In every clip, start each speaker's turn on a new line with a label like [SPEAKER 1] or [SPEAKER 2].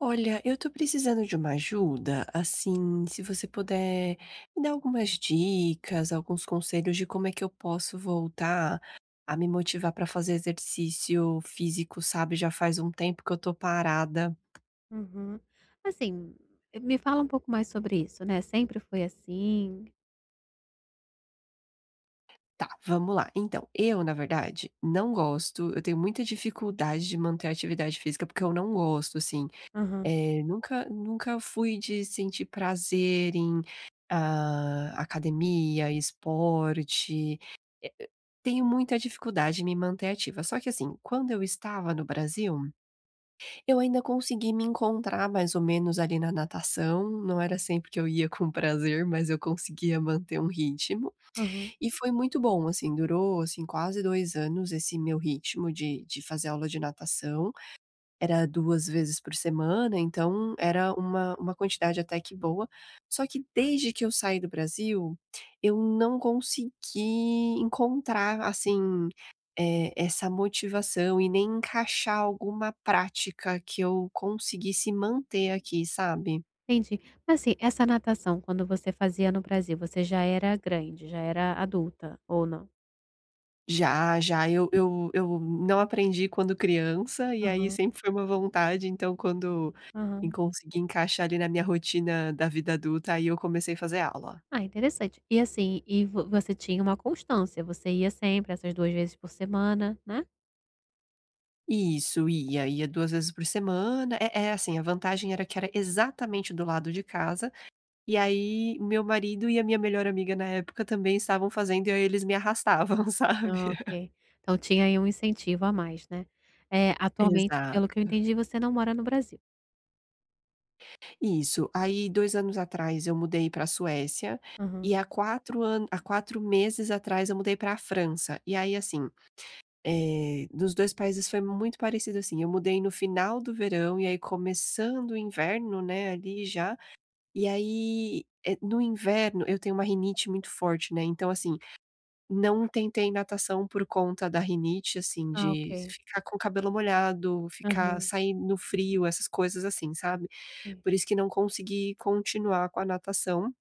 [SPEAKER 1] Olha, eu tô precisando de uma ajuda, assim, se você puder me dar algumas dicas, alguns conselhos de como é que eu posso voltar a me motivar pra fazer exercício físico, sabe? Já faz um tempo que eu tô parada.
[SPEAKER 2] Uhum. Assim, me fala um pouco mais sobre isso, né, sempre foi assim?
[SPEAKER 1] Tá, vamos lá. Então, eu, na verdade, não gosto, eu tenho muita dificuldade de manter a atividade física porque eu não gosto, assim.
[SPEAKER 2] Aham,
[SPEAKER 1] Nunca fui de sentir prazer em, ah, academia, esporte, eh eh, tenho muita dificuldade em me manter ativa. Só que assim, quando eu estava no Brasil, eu ainda consegui me encontrar mais ou menos ali na natação, não era sempre que eu ia com prazer, mas eu conseguia manter um ritmo,
[SPEAKER 2] aham.
[SPEAKER 1] e foi muito bom, assim, durou, assim, quase 2 anos esse meu ritmo de fazer aula de natação. Era 2 vezes por semana, então era uma quantidade até que boa. Só que desde que eu saí do Brasil, eu não consegui encontrar, assim, essa motivação e nem encaixar alguma prática que eu conseguisse manter aqui, sabe.
[SPEAKER 2] Entendi. Mas, assim, essa natação quando você fazia no Brasil, você já era grande, já era adulta ou não?
[SPEAKER 1] Já, já, eu não aprendi quando criança, e aí
[SPEAKER 2] Aham,
[SPEAKER 1] sempre foi uma vontade, então quando em
[SPEAKER 2] aham.
[SPEAKER 1] consegui encaixar ali na minha rotina da vida adulta, aí eu comecei a fazer aula.
[SPEAKER 2] Ah, interessante. E, assim, e vo você tinha uma constância, você ia sempre essas 2 vezes por semana, né?
[SPEAKER 1] Isso, ia, ia 2 vezes por semana. É assim, a vantagem era que era exatamente do lado de casa, e aí meu marido e a minha melhor amiga na época também estavam fazendo, e aí eles me arrastavam, sabe.
[SPEAKER 2] Ah, ok. Então tinha aí um incentivo a mais, né. Atualmente,
[SPEAKER 1] Exato.
[SPEAKER 2] pelo que eu entendi, você não mora no Brasil?
[SPEAKER 1] Isso. Aí 2 anos atrás eu mudei para a Suécia,
[SPEAKER 2] Aham.
[SPEAKER 1] e há 4 meses atrás eu mudei para a França. E aí assim, nos 2 países foi muito parecido assim, eu mudei no final do verão, e aí começando o inverno, né, ali já, e aí, no inverno eu tenho uma rinite muito forte, né, então assim, não tentei natação por conta da rinite, assim,
[SPEAKER 2] Ah,
[SPEAKER 1] de
[SPEAKER 2] ok.
[SPEAKER 1] ficar com o cabelo molhado, ficar
[SPEAKER 2] Aham,
[SPEAKER 1] sair no frio, essas coisas assim, sabe.
[SPEAKER 2] sim.
[SPEAKER 1] Por isso que não consegui continuar com a natação,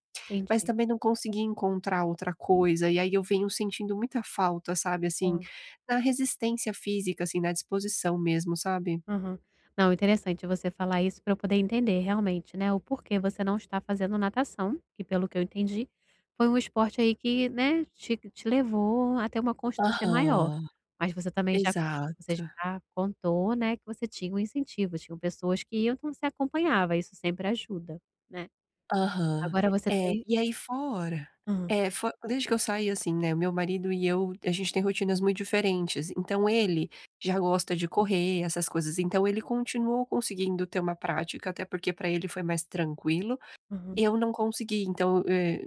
[SPEAKER 1] mas
[SPEAKER 2] Entendi.
[SPEAKER 1] também não consegui encontrar outra coisa, e aí eu venho sentindo muita falta, sabe, assim,
[SPEAKER 2] Boa.
[SPEAKER 1] na resistência física, assim, na disposição mesmo, sabe?
[SPEAKER 2] Aham. Não, interessante você falar isso para eu poder entender realmente, né, o porquê você não está fazendo natação, que pelo que eu entendi, foi um esporte aí que, né, te levou a ter uma constância maior.
[SPEAKER 1] Aham.
[SPEAKER 2] Mas você também já, você
[SPEAKER 1] Exato.
[SPEAKER 2] já contou, né, que você tinha um incentivo, tinham pessoas que iam, então você acompanhava, isso sempre ajuda, né.
[SPEAKER 1] Aham.
[SPEAKER 2] Agora você
[SPEAKER 1] É,
[SPEAKER 2] tem,
[SPEAKER 1] e aí fora
[SPEAKER 2] hã,
[SPEAKER 1] é, fo desde que eu saí, assim, né, meu marido e eu, a gente tem rotinas muito diferentes, então ele já gosta de correr, essas coisas, então ele continuou conseguindo ter uma prática, até porque pra ele foi mais tranquilo.
[SPEAKER 2] aham.
[SPEAKER 1] Eu não consegui, então,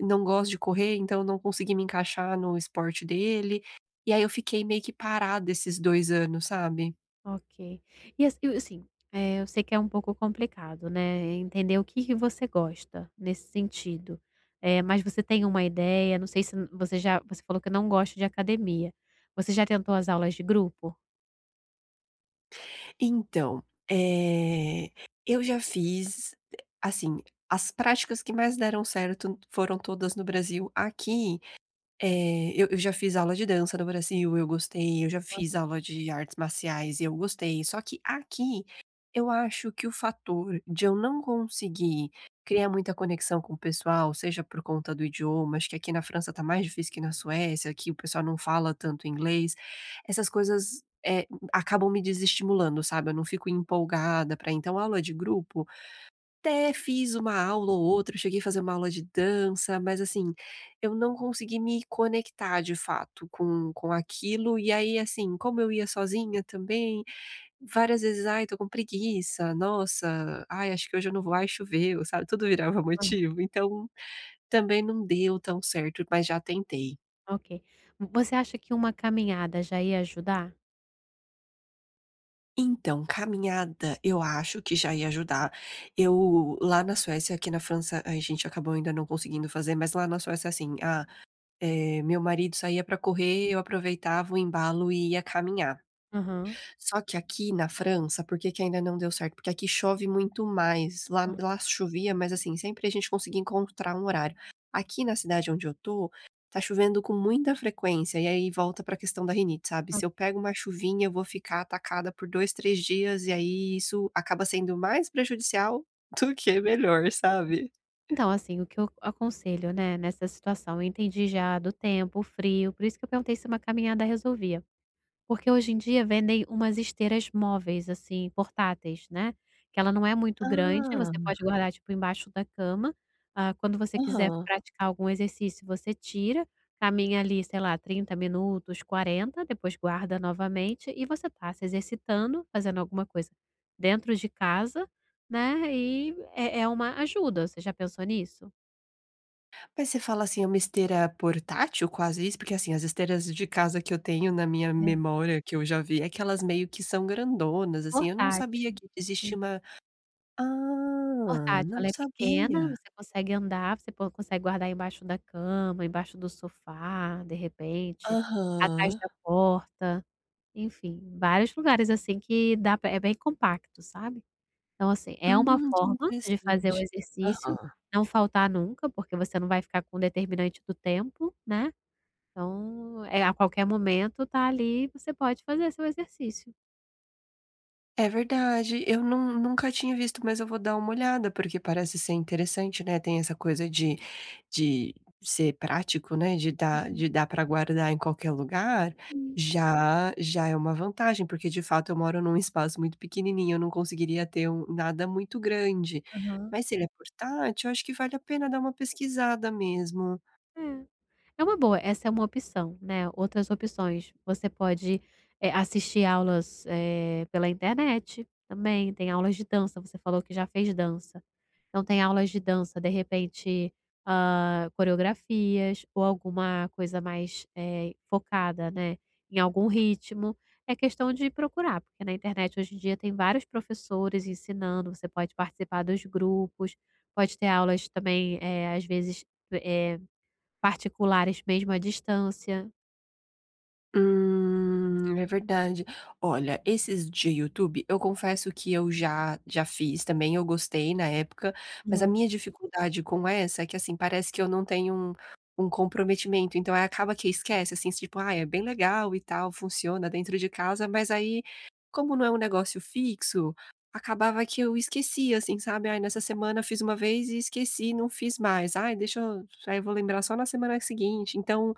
[SPEAKER 1] não gosto de correr, então eu não consegui me encaixar no esporte dele, e aí eu fiquei meio que parada esses 2 anos, sabe?
[SPEAKER 2] Ok. E assim, eu sei que é um pouco complicado, né, entender o que que você gosta nesse sentido, mas você tem uma ideia? Não sei se você já, você falou que não gosta de academia. Você já tentou as aulas de grupo?
[SPEAKER 1] Então, eh, eu já fiz, assim, as práticas que mais deram certo foram todas no Brasil. Aqui é, eu já fiz aula de dança no Brasil, eu gostei, eu já fiz aula de artes marciais e eu gostei, só que aqui, eu acho que o fator de eu não conseguir criar muita conexão com o pessoal, seja por conta do idioma, acho que aqui na França tá mais difícil que na Suécia, aqui o pessoal não fala tanto inglês, essas coisas, acabam me desestimulando, sabe, eu não fico empolgada para então aula de grupo até fiz uma aula ou outra, eu cheguei a fazer uma aula de dança, mas assim, eu não consegui me conectar de fato com aquilo, e aí, assim, como eu ia sozinha também, várias vezes: "Ai, tô com preguiça. Nossa, ai, acho que hoje eu não vou. Ai, choveu", sabe, tudo virava
[SPEAKER 2] Aham.
[SPEAKER 1] motivo. Então, também não deu tão certo, mas já tentei.
[SPEAKER 2] Ok. Você acha que uma caminhada já ia ajudar?
[SPEAKER 1] Então, caminhada, eu acho que já ia ajudar. Eu lá na Suécia aqui na França a gente acabou ainda não conseguindo fazer, mas lá na Suécia, assim, a meu marido saía para correr, eu aproveitava o embalo e ia caminhar.
[SPEAKER 2] Aham.
[SPEAKER 1] Só que aqui na França, por que que ainda não deu certo? Porque aqui chove muito mais, lá
[SPEAKER 2] Hã.
[SPEAKER 1] lá chovia, mas assim, sempre a gente conseguia encontrar um horário. Aqui na cidade onde eu tô, tá chovendo com muita frequência, e aí volta para a questão da rinite, sabe,
[SPEAKER 2] O
[SPEAKER 1] se eu pego uma chuvinha, eu vou ficar atacada por 2, 3 dias, e aí isso acaba sendo mais prejudicial do que melhor, sabe?
[SPEAKER 2] Então, assim, o que eu aconselho, né, nessa situação, eu entendi já do tempo, o frio, por isso que eu perguntei se uma caminhada resolvia. Porque hoje em dia vendem umas esteiras móveis, assim, portáteis, né, que ela não é muito grande, você
[SPEAKER 1] Ah,
[SPEAKER 2] pode guardar, tipo, embaixo da cama, ah, quando você quiser
[SPEAKER 1] aham.
[SPEAKER 2] praticar algum exercício, você tira, caminha ali, sei lá, 30 minutos, 40, depois guarda novamente e você tá se exercitando, fazendo alguma coisa dentro de casa, né, e é uma ajuda, você já pensou nisso?
[SPEAKER 1] Mas você fala, assim, é uma esteira portátil, quase isso? Porque, assim, as esteiras de casa que eu tenho na minha
[SPEAKER 2] É.
[SPEAKER 1] memória, que eu já vi, é que elas meio que são grandonas, assim, eu não sabia
[SPEAKER 2] Portátil,
[SPEAKER 1] que
[SPEAKER 2] sim.
[SPEAKER 1] existia uma ah,
[SPEAKER 2] Portátil,
[SPEAKER 1] não
[SPEAKER 2] ela é pequena,
[SPEAKER 1] sabia.
[SPEAKER 2] você consegue andar, você po consegue guardar embaixo da cama, embaixo do sofá, de repente, atrás
[SPEAKER 1] Aham.
[SPEAKER 2] da porta, enfim, vários lugares, assim, que dá pra, é bem compacto, sabe. Então, assim, é uma
[SPEAKER 1] Que
[SPEAKER 2] forma de fazer o
[SPEAKER 1] interessante.
[SPEAKER 2] exercício,
[SPEAKER 1] Aham.
[SPEAKER 2] não faltar nunca, porque você não vai ficar com determinante do tempo, né. Então, é a qualquer momento tá ali, você pode fazer seu exercício.
[SPEAKER 1] É verdade, eu nun nunca tinha visto, mas eu vou dar uma olhada, porque parece ser interessante, né, tem essa coisa de ser prático, né, de dar
[SPEAKER 2] Uhum.
[SPEAKER 1] de dar para guardar em qualquer lugar,
[SPEAKER 2] Sim.
[SPEAKER 1] já já é uma vantagem, porque de fato eu moro num espaço muito pequenininho, eu não conseguiria ter um nada muito grande.
[SPEAKER 2] Aham.
[SPEAKER 1] Mas se ele é portátil, eu acho que vale a pena dar uma pesquisada mesmo.
[SPEAKER 2] É. É uma boa, essa é uma opção, né. Outras opções, você pode, assistir aulas, pela internet também, tem aulas de dança, você falou que já fez dança. Então tem aulas de dança, de repente, coreografias ou alguma coisa mais, focada, né, em algum ritmo. É questão de procurar, porque na internet hoje em dia tem vários professores ensinando, você pode participar dos grupos, pode ter aulas também, às vezes, eh particulares mesmo à distância.
[SPEAKER 1] É verdade. Olha, esses de YouTube, eu confesso que eu já fiz também, eu gostei na época, mas a
[SPEAKER 2] Uhum,
[SPEAKER 1] minha dificuldade com essa é que, assim, parece que eu não tenho um um comprometimento, então aí acaba que esquece, assim, tipo: "Ah, é bem legal e tal, funciona dentro de casa", mas aí, como não é um negócio fixo, acabava que eu esquecia, assim, sabe: "Ai, nessa semana fiz uma vez e esqueci, não fiz mais. Ai, deixa eu aí eu vou lembrar só na semana seguinte". Então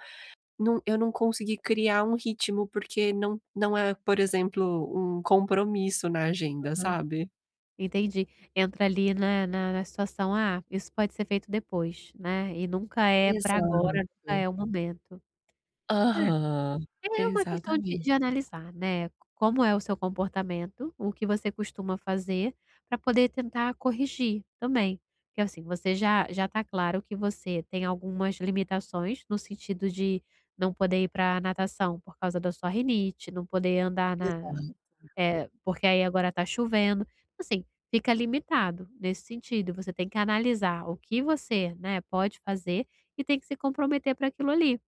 [SPEAKER 1] não, eu não consegui criar um ritmo, porque não não é, por exemplo, um compromisso na agenda,
[SPEAKER 2] uhum.
[SPEAKER 1] sabe?
[SPEAKER 2] Entendi. Entra ali na situação, ah, isso pode ser feito depois, né, e nunca é para
[SPEAKER 1] Exato.
[SPEAKER 2] agora, nunca é o momento.
[SPEAKER 1] Aham,
[SPEAKER 2] É, é uma questão de
[SPEAKER 1] exatamente.
[SPEAKER 2] analisar, né, como é o seu comportamento, o que você costuma fazer, para poder tentar corrigir também. Porque, assim, você já tá claro que você tem algumas limitações, no sentido de não poder ir para natação por causa da sua rinite, não poder andar
[SPEAKER 1] Exa
[SPEAKER 2] na. Porque aí agora tá chovendo. Assim, fica limitado nesse sentido, você tem que analisar o que você, né, pode fazer e tem que se comprometer para aquilo ali.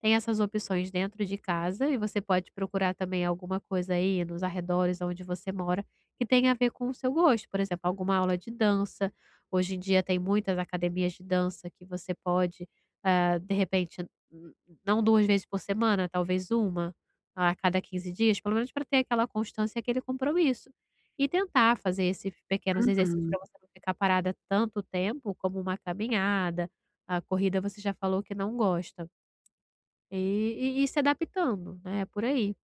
[SPEAKER 2] Tem essas opções dentro de casa e você pode procurar também alguma coisa aí nos arredores onde você mora que tenha a ver com o seu gosto, por exemplo, alguma aula de dança. Hoje em dia tem muitas academias de dança que você pode, ah, de repente, n não 2 vezes por semana, talvez uma. A cada 15 dias, pelo menos para ter aquela constância, aquele compromisso. E tentar fazer esses pequenos exercícios
[SPEAKER 1] uhum.
[SPEAKER 2] para você não ficar parada tanto tempo, como uma caminhada, a corrida você já falou que não gosta. E e se adaptando, né, por aí.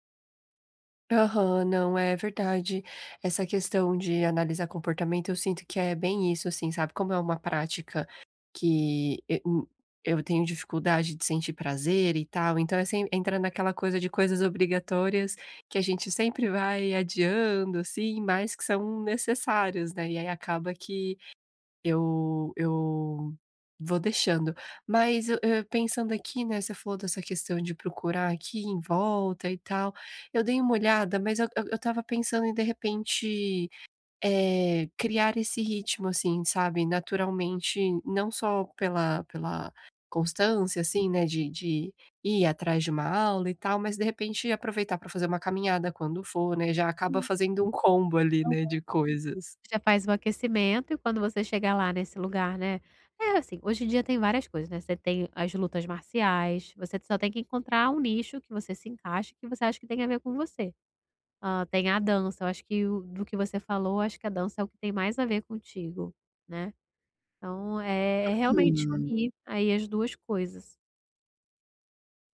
[SPEAKER 1] Aham, não, é verdade. Essa questão de analisar comportamento, eu sinto que é bem isso, assim, sabe? Como é uma prática que e- eu tenho dificuldade de sentir prazer e tal, então é sempre entra naquela coisa de coisas obrigatórias que a gente sempre vai adiando, assim, mas que são necessárias, né? E aí acaba que eu vou deixando. Mas eu pensando aqui, né, você falou dessa questão de procurar aqui em volta e tal, eu dei uma olhada, mas eu estava pensando em de repente, criar esse ritmo, assim, sabe, naturalmente, não só pela constância, assim, né, de ir atrás de uma aula e tal, mas de repente aproveitar para fazer uma caminhada quando for, né, já acaba fazendo um combo ali,
[SPEAKER 2] Então,
[SPEAKER 1] né, de coisas.
[SPEAKER 2] você já faz o aquecimento e quando você chegar lá nesse lugar, né, é assim, hoje em dia tem várias coisas, né, você tem as lutas marciais, você só tem que encontrar um nicho que você se encaixe, que você acha que tem a ver com você. Hã, tem a dança, eu acho que o do que você falou, eu acho que a dança é o que tem mais a ver contigo, né. Então é realmente unir aí as duas coisas.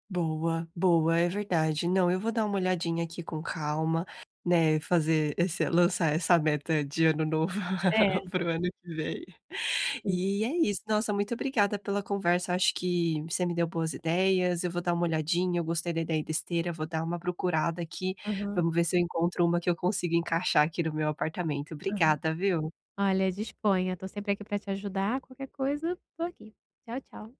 [SPEAKER 1] Boa, boa, é verdade. Não, eu vou dar uma olhadinha aqui com calma, né, fazer esse lançar essa meta de ano novo
[SPEAKER 2] É,
[SPEAKER 1] pro ano que vem.
[SPEAKER 2] sim.
[SPEAKER 1] E é isso. Nossa, muito obrigada pela conversa, acho que você me deu boas ideias, eu vou dar uma olhadinha, eu gostei da ideia da esteira, vou dar uma procurada aqui,
[SPEAKER 2] Aham,
[SPEAKER 1] vamos ver se eu encontro uma que eu consigo encaixar aqui no meu apartamento.
[SPEAKER 2] aham.
[SPEAKER 1] Obrigada, viu?
[SPEAKER 2] Olha, disponha, tô sempre aqui para te ajudar, qualquer coisa, tô aqui. Tchau, tchau.